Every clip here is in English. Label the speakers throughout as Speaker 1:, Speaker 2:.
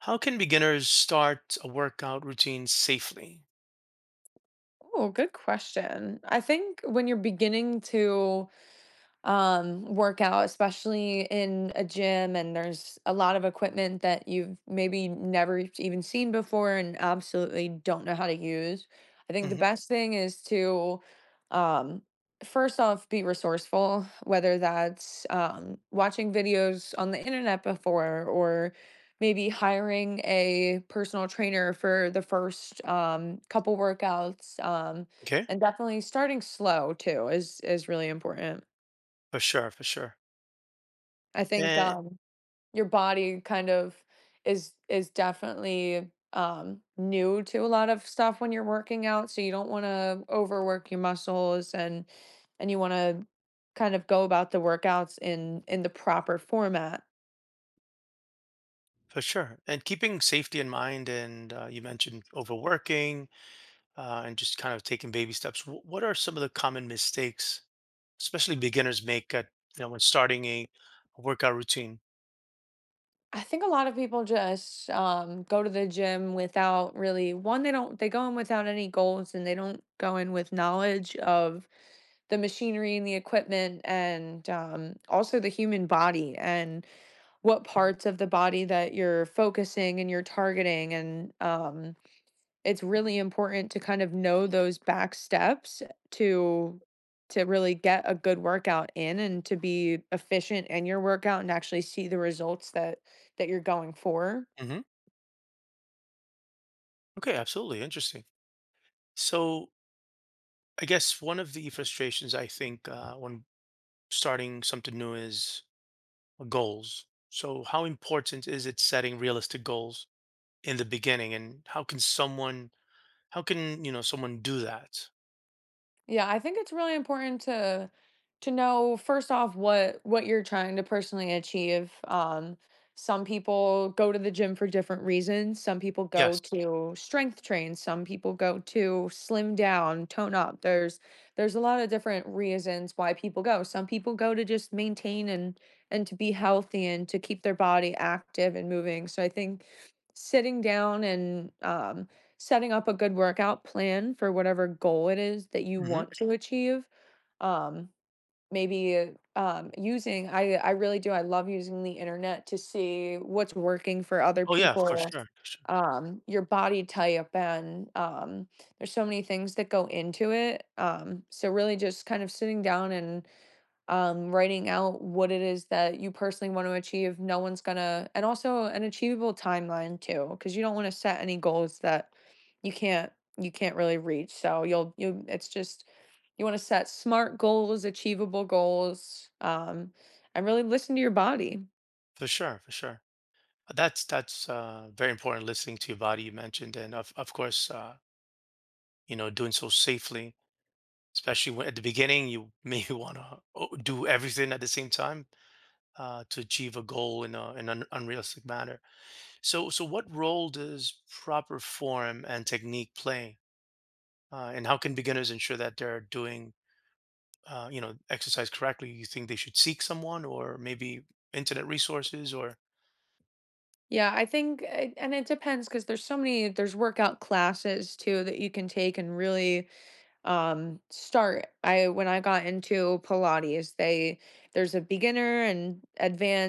Speaker 1: How can beginners start a workout routine safely?
Speaker 2: Oh, good question. I think when you're beginning to workout, especially in a gym, and there's a lot of equipment that you've maybe never even seen before and absolutely don't know how to use, I think the
Speaker 1: Hmm.
Speaker 2: best thing is to um first off be resourceful, whether that's watching videos on the internet before, or maybe hiring a personal trainer for the first couple workouts.
Speaker 1: Okay,
Speaker 2: And definitely starting slow too is really important.
Speaker 1: for sure, for sure.
Speaker 2: I think,
Speaker 1: And
Speaker 2: your body kind of is definitely, new to a lot of stuff when you're working out, so you don't wanna overwork your muscles, and you wanna kind of go about the workouts in the proper format.
Speaker 1: for sure. And keeping safety in mind, and you mentioned overworking, and just kind of taking baby steps. What are some of the common mistakes, especially beginners make, at, when starting a workout routine?
Speaker 2: I think a lot of people just, go to the gym without really one, they go in without any goals, and they don't go in with knowledge of the machinery and the equipment, and, also the human body, and what parts of the body that you're focusing and you're targeting. And it's really important to kind of know those back steps to really get a good workout in and to be efficient in your workout and actually see the results that you're going for.
Speaker 1: Hmm. Okay, absolutely, interesting. So I guess one of the frustrations I think when starting something new is goals. So how important is it setting realistic goals in the beginning, and how can someone, how can someone do that?
Speaker 2: Yeah, I think it's really important to know first off what you're trying to personally achieve. Some people go to the gym for different reasons. Some people go
Speaker 1: Yes.
Speaker 2: to strength train. Some people go to slim down, tone up. There's a lot of different reasons why people go. Some people go to just maintain and to be healthy and to keep their body active and moving. So I think sitting down and setting up a good workout plan for whatever goal it is that you
Speaker 1: Hmm.
Speaker 2: want to achieve. Um, Maybe using I really do I love using the internet to see what's working for other
Speaker 1: Oh yeah, for
Speaker 2: people,
Speaker 1: sure, for sure,
Speaker 2: your body type, and there's so many things that go into it. So really just kind of sitting down and writing out what it is that you personally want to achieve. No one's gonna, and also an achievable timeline too, because you don't want to set any goals that you can't really reach. So you'll you it's just you want to set smart goals, achievable goals, and really listen to your body.
Speaker 1: for sure, for sure. That's that's very important. Listening to your body, you mentioned, and of course, you know, doing so safely, especially when, at the beginning, you may want to do everything at the same time to achieve a goal in a, in an unrealistic manner. So, so what role does proper form and technique play, and how can beginners ensure that they're doing, you know, exercise correctly? You think they should seek someone, or maybe internet resources, or
Speaker 2: Yeah, I think, and it depends, because there's so many, there's workout classes too that you can take, and really, start I when I got into Pilates, they there's a beginner and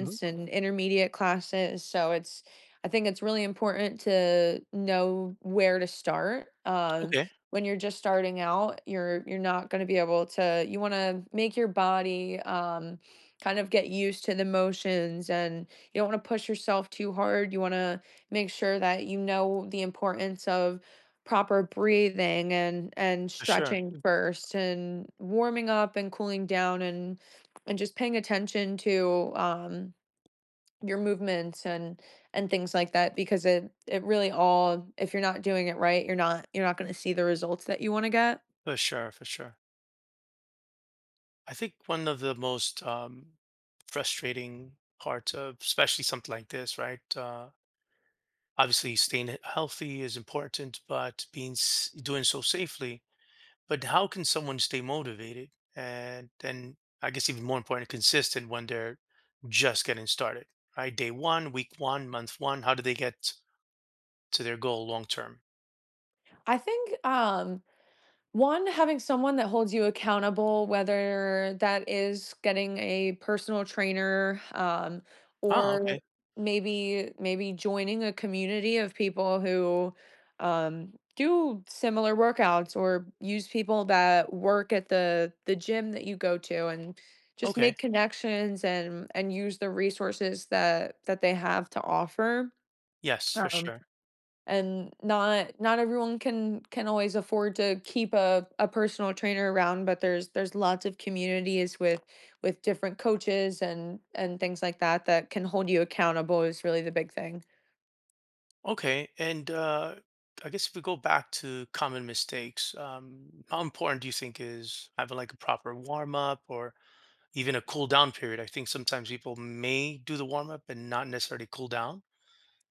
Speaker 1: Mhm.
Speaker 2: and intermediate classes, so it's I think it's really important to know where to start.
Speaker 1: Okay,
Speaker 2: When you're just starting out, you're not going to be able to, you want to make your body kind of get used to the motions, and you don't want to push yourself too hard. You want to make sure that you know the importance of proper breathing and
Speaker 1: for sure,
Speaker 2: stretching first, and warming up and cooling down, and just paying attention to your movements and things like that, because it really all, if you're not doing it right, you're not going to see the results that you want to get.
Speaker 1: for sure, for sure. I think one of the most frustrating parts of, especially something like this, right? Obviously, staying healthy is important, but doing so safely. But how can someone stay motivated and then, I guess, even more important, consistent when they're just getting started, right? Day one, week one, month one. How do they get to their goal long term?
Speaker 2: I think, one, having someone that holds you accountable, whether that is getting a personal trainer,
Speaker 1: Ah,
Speaker 2: or
Speaker 1: okay,
Speaker 2: maybe joining a community of people who do similar workouts, or use people that work at the gym that you go to, and just make
Speaker 1: okay,
Speaker 2: connections, and use the resources that they have to offer.
Speaker 1: yes, for
Speaker 2: Um,
Speaker 1: sure.
Speaker 2: and not everyone can always afford to keep a personal trainer around, but there's lots of communities with different coaches and things like that, that can hold you accountable, is really the big thing.
Speaker 1: Okay, and I guess if we go back to common mistakes, how important do you think is having like a proper warm up or even a cool down period? I think sometimes people may do the warm up and not necessarily cool down.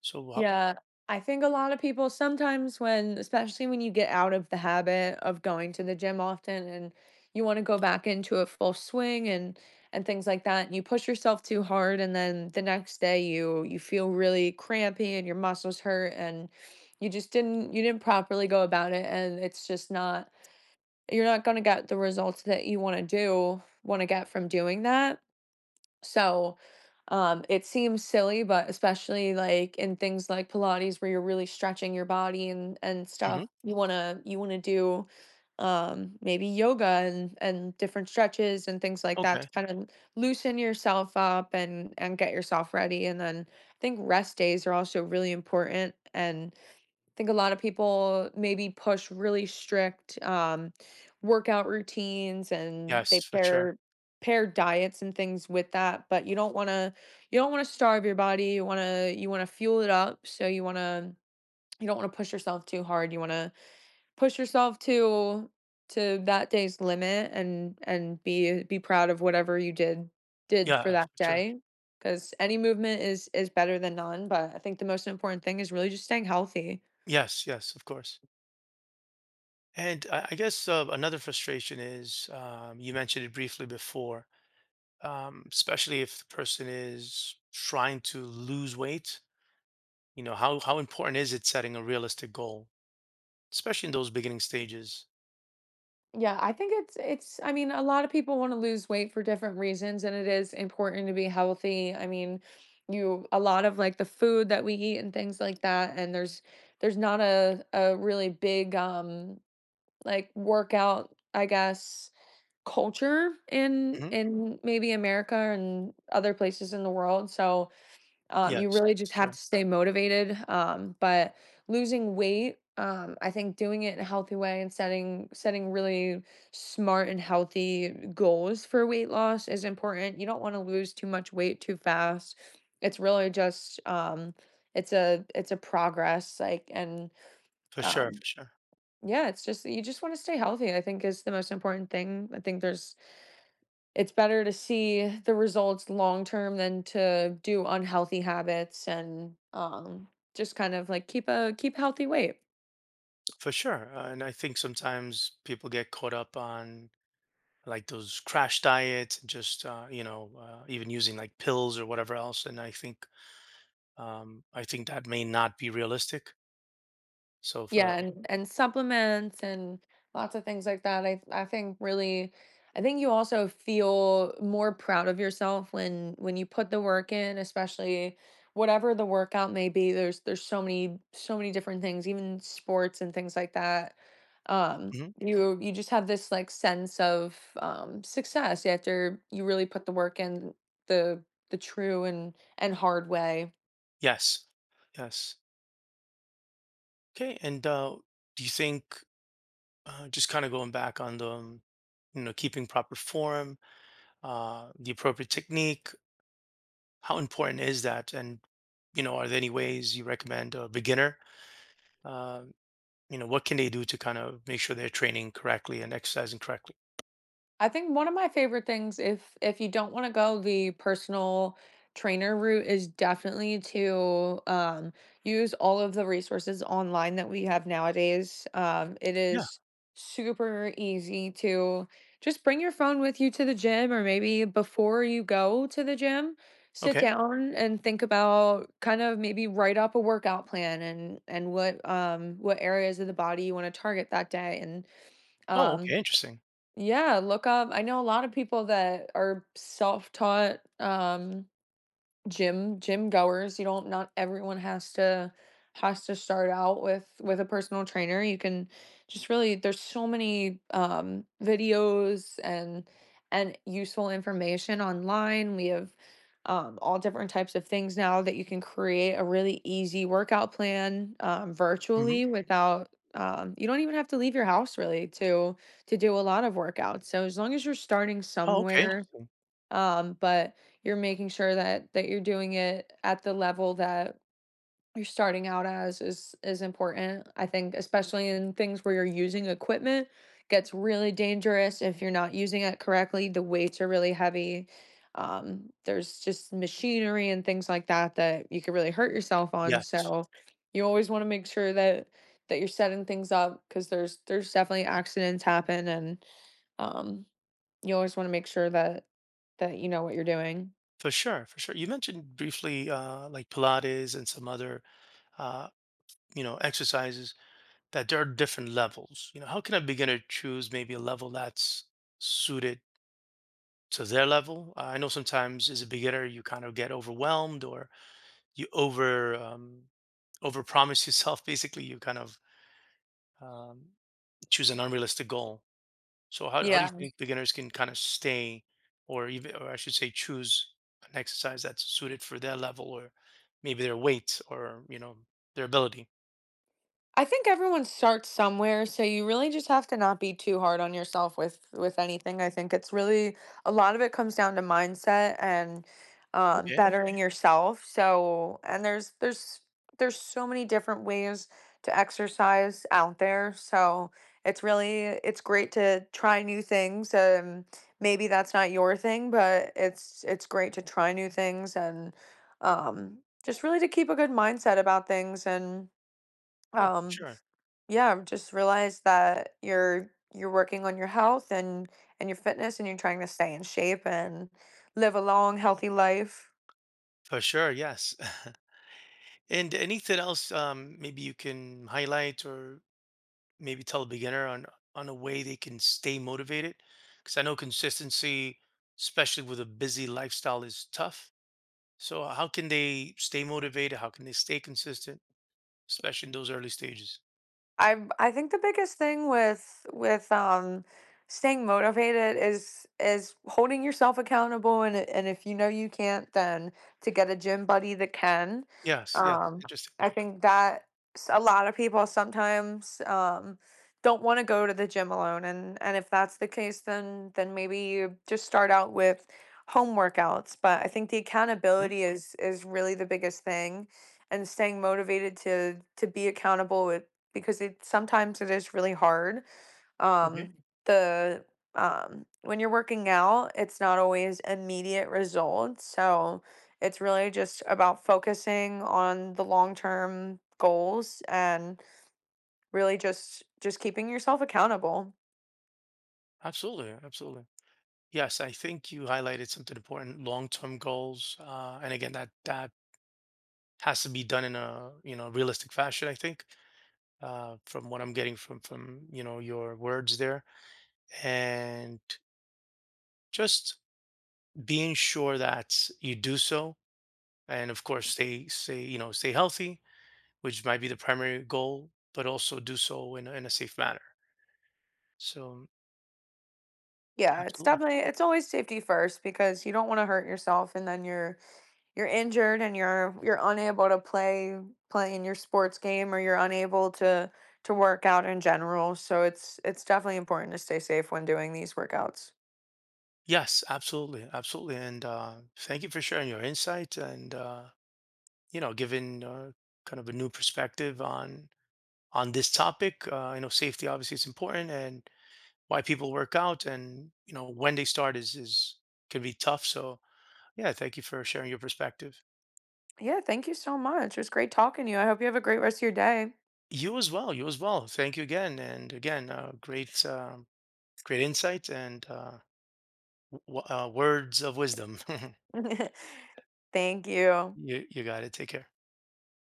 Speaker 1: So, wow.
Speaker 2: Yeah, I think a lot of people sometimes, when especially when you get out of the habit of going to the gym often, and you wanna go back into a full swing, and things like that, and you push yourself too hard, and then the next day you feel really crampy and your muscles hurt, and you didn't properly go about it, and it's just not you're not gonna get the results that you wanna do wanna get from doing that. So it seems silly, but especially like in things like Pilates where you're really stretching your body and stuff,
Speaker 1: Hmm.
Speaker 2: you wanna do maybe yoga and different stretches and things like that to
Speaker 1: Okay.
Speaker 2: kind of loosen yourself up, and get yourself ready. And then I think rest days are also really important, and think a lot of people maybe push really strict workout routines, and they
Speaker 1: Yes, for sure.
Speaker 2: pair diets and things with that. But you don't want to starve your body. You want to fuel it up. So you want to, you don't want to push yourself too hard. You want to push yourself to that day's limit, and be proud of whatever you did for
Speaker 1: Yeah, for
Speaker 2: that
Speaker 1: sure.
Speaker 2: day. Because any movement is better than none. But I think the most important thing is really just staying healthy.
Speaker 1: Yes, yes, of course. And I guess another frustration is you mentioned it briefly before, especially if the person is trying to lose weight. You know, how important is it setting a realistic goal, especially in those beginning stages?
Speaker 2: Yeah, I think it's I mean, a lot of people want to lose weight for different reasons, and it is important to be healthy. I mean, you a lot of like the food that we eat and things like that, and there's not a really big like workout, I guess, culture in
Speaker 1: Hmm.
Speaker 2: in maybe America and other places in the world. So you
Speaker 1: Yes,
Speaker 2: really just have
Speaker 1: sure.
Speaker 2: to stay motivated. But losing weight, I think doing it in a healthy way, and setting really smart and healthy goals for weight loss, is important. You don't want to lose too much weight too fast. It's really just it's a progress like. and
Speaker 1: For sure,
Speaker 2: um,
Speaker 1: for sure.
Speaker 2: yeah, it's just, you just want to stay healthy, I think, is the most important thing. I think there's it's better to see the results long term than to do unhealthy habits, and just kind of like keep healthy weight.
Speaker 1: For sure. And I think sometimes people get caught up on like those crash diets, and just even using like pills or whatever else. And I think that may not be realistic. So, if,
Speaker 2: Yeah, and supplements and lots of things like that. I think you also feel more proud of yourself when you put the work in, especially whatever the workout may be. There's so many different things, even sports and things like that.
Speaker 1: mhm.
Speaker 2: You just have this like sense of success after you really put the work in the the true and hard way.
Speaker 1: Yes, yes. Okay. And do you think just kind of going back on the, you know, keeping proper form, the appropriate technique? How important is that? And you know, are there any ways you recommend a beginner? Uh, you know, what can they do to kind of make sure they're training correctly and exercising correctly?
Speaker 2: I think one of my favorite things, if you don't wanna go the personal trainer route, is definitely to, use all of the resources online that we have nowadays. It
Speaker 1: Yeah.
Speaker 2: is super easy to just bring your phone with you to the gym, or maybe before you go to the gym, sit
Speaker 1: Okay.
Speaker 2: down and think about kind of maybe write up a workout plan, and what areas of the body you wanna target that day, and,
Speaker 1: Oh, okay.
Speaker 2: um
Speaker 1: Interesting.
Speaker 2: yeah, look up, I know a lot of people that are self-taught, gym goers. You don't Not everyone has to start out with a personal trainer. You can just really, there's so many videos and useful information online. We have all different types of things now, that you can create a really easy workout plan
Speaker 1: Hmm.
Speaker 2: virtually, without, you don't even have to leave your house, really, to do a lot of workouts. So as long as you're starting
Speaker 1: Oh, okay.
Speaker 2: somewhere,
Speaker 1: Interesting.
Speaker 2: but you're making sure that you're doing it at the level that you're starting out as, is important. I think especially in things where you're using equipment, gets really dangerous if you're not using it correctly. The weights are really heavy. There's just machinery and things like that that you could really hurt yourself on.
Speaker 1: Yes,
Speaker 2: So you always want to make sure that you're setting things up, because there's definitely accidents happen, and um you always wanna make sure that you know what you're doing.
Speaker 1: for sure. For sure. You mentioned briefly like Pilates and some other uh, you know exercises that there are different levels. You know, how can a beginner choose maybe a level that's suited to their level. I know sometimes as a beginner, you kind of get overwhelmed or you overpromise yourself. Basically, you kind of um, choose an unrealistic goal. So how do you
Speaker 2: Yeah.
Speaker 1: think beginners can kind of stay, or even, or I should say, choose an exercise that's suited for their level or maybe their weight or you know their ability?
Speaker 2: I think everyone starts somewhere, so you really just have to not be too hard on yourself with anything. I think it's really, a lot of it comes down to mindset and
Speaker 1: Okay.
Speaker 2: bettering yourself. So, and there's so many different ways to exercise out there. So it's really, it's great to try new things. Maybe that's not your thing, but it's great to try new things, and um, just really to keep a good mindset about things. And.
Speaker 1: Oh, for
Speaker 2: Um,
Speaker 1: sure.
Speaker 2: yeah, I've just realize that you're working on your health and your fitness, and you're trying to stay in shape and live a long, healthy life.
Speaker 1: For sure, yes. And anything else maybe you can highlight or maybe tell a beginner on a way they can stay motivated because I know consistency, especially with a busy lifestyle, is tough. So how can they stay motivated, how can they stay consistent, especially in those early stages?
Speaker 2: I think the biggest thing with staying motivated is holding yourself accountable, and if you know you can't, then to get a gym buddy that can.
Speaker 1: Yes, yes,
Speaker 2: Um
Speaker 1: interesting.
Speaker 2: I think that, a lot of people sometimes don't want to go to the gym alone, and if that's the case, then maybe you just start out with home workouts. But I think the
Speaker 1: Mhm.
Speaker 2: accountability is really the biggest thing, and staying motivated to be accountable, because it sometimes it is really hard.
Speaker 1: Okay,
Speaker 2: Um, the When you're working out, it's not always immediate results. So it's really just about focusing on the long term goals, and really just keeping yourself accountable.
Speaker 1: absolutely, absolutely, yes. I think you highlighted something important: long-term goals, and again, that has to be done in a you know realistic fashion. I think from what I'm getting from you know your words there, and just being sure that you do so, and of course stay you know stay healthy, which might be the primary goal, but also do so in, in a safe manner. So
Speaker 2: Yeah,
Speaker 1: absolutely,
Speaker 2: it's always safety first, because you don't want to hurt yourself, and then you're injured, and you're unable to play in your sports game, or you're unable to work out in general. So it's definitely important to stay safe when doing these workouts.
Speaker 1: yes, absolutely, absolutely. And thank you for sharing your insight and you know giving kind of a new perspective on this topic. You know, safety obviously is important, and why people work out, and you know when they start is can be tough. So yeah, thank you for sharing your perspective.
Speaker 2: Yeah, thank you so much. It was great talking to you. I hope you have a great rest of your day.
Speaker 1: You as well. You as well. Thank you again. And again, great, great insight and words of wisdom.
Speaker 2: Thank you.
Speaker 1: You got it. Take care.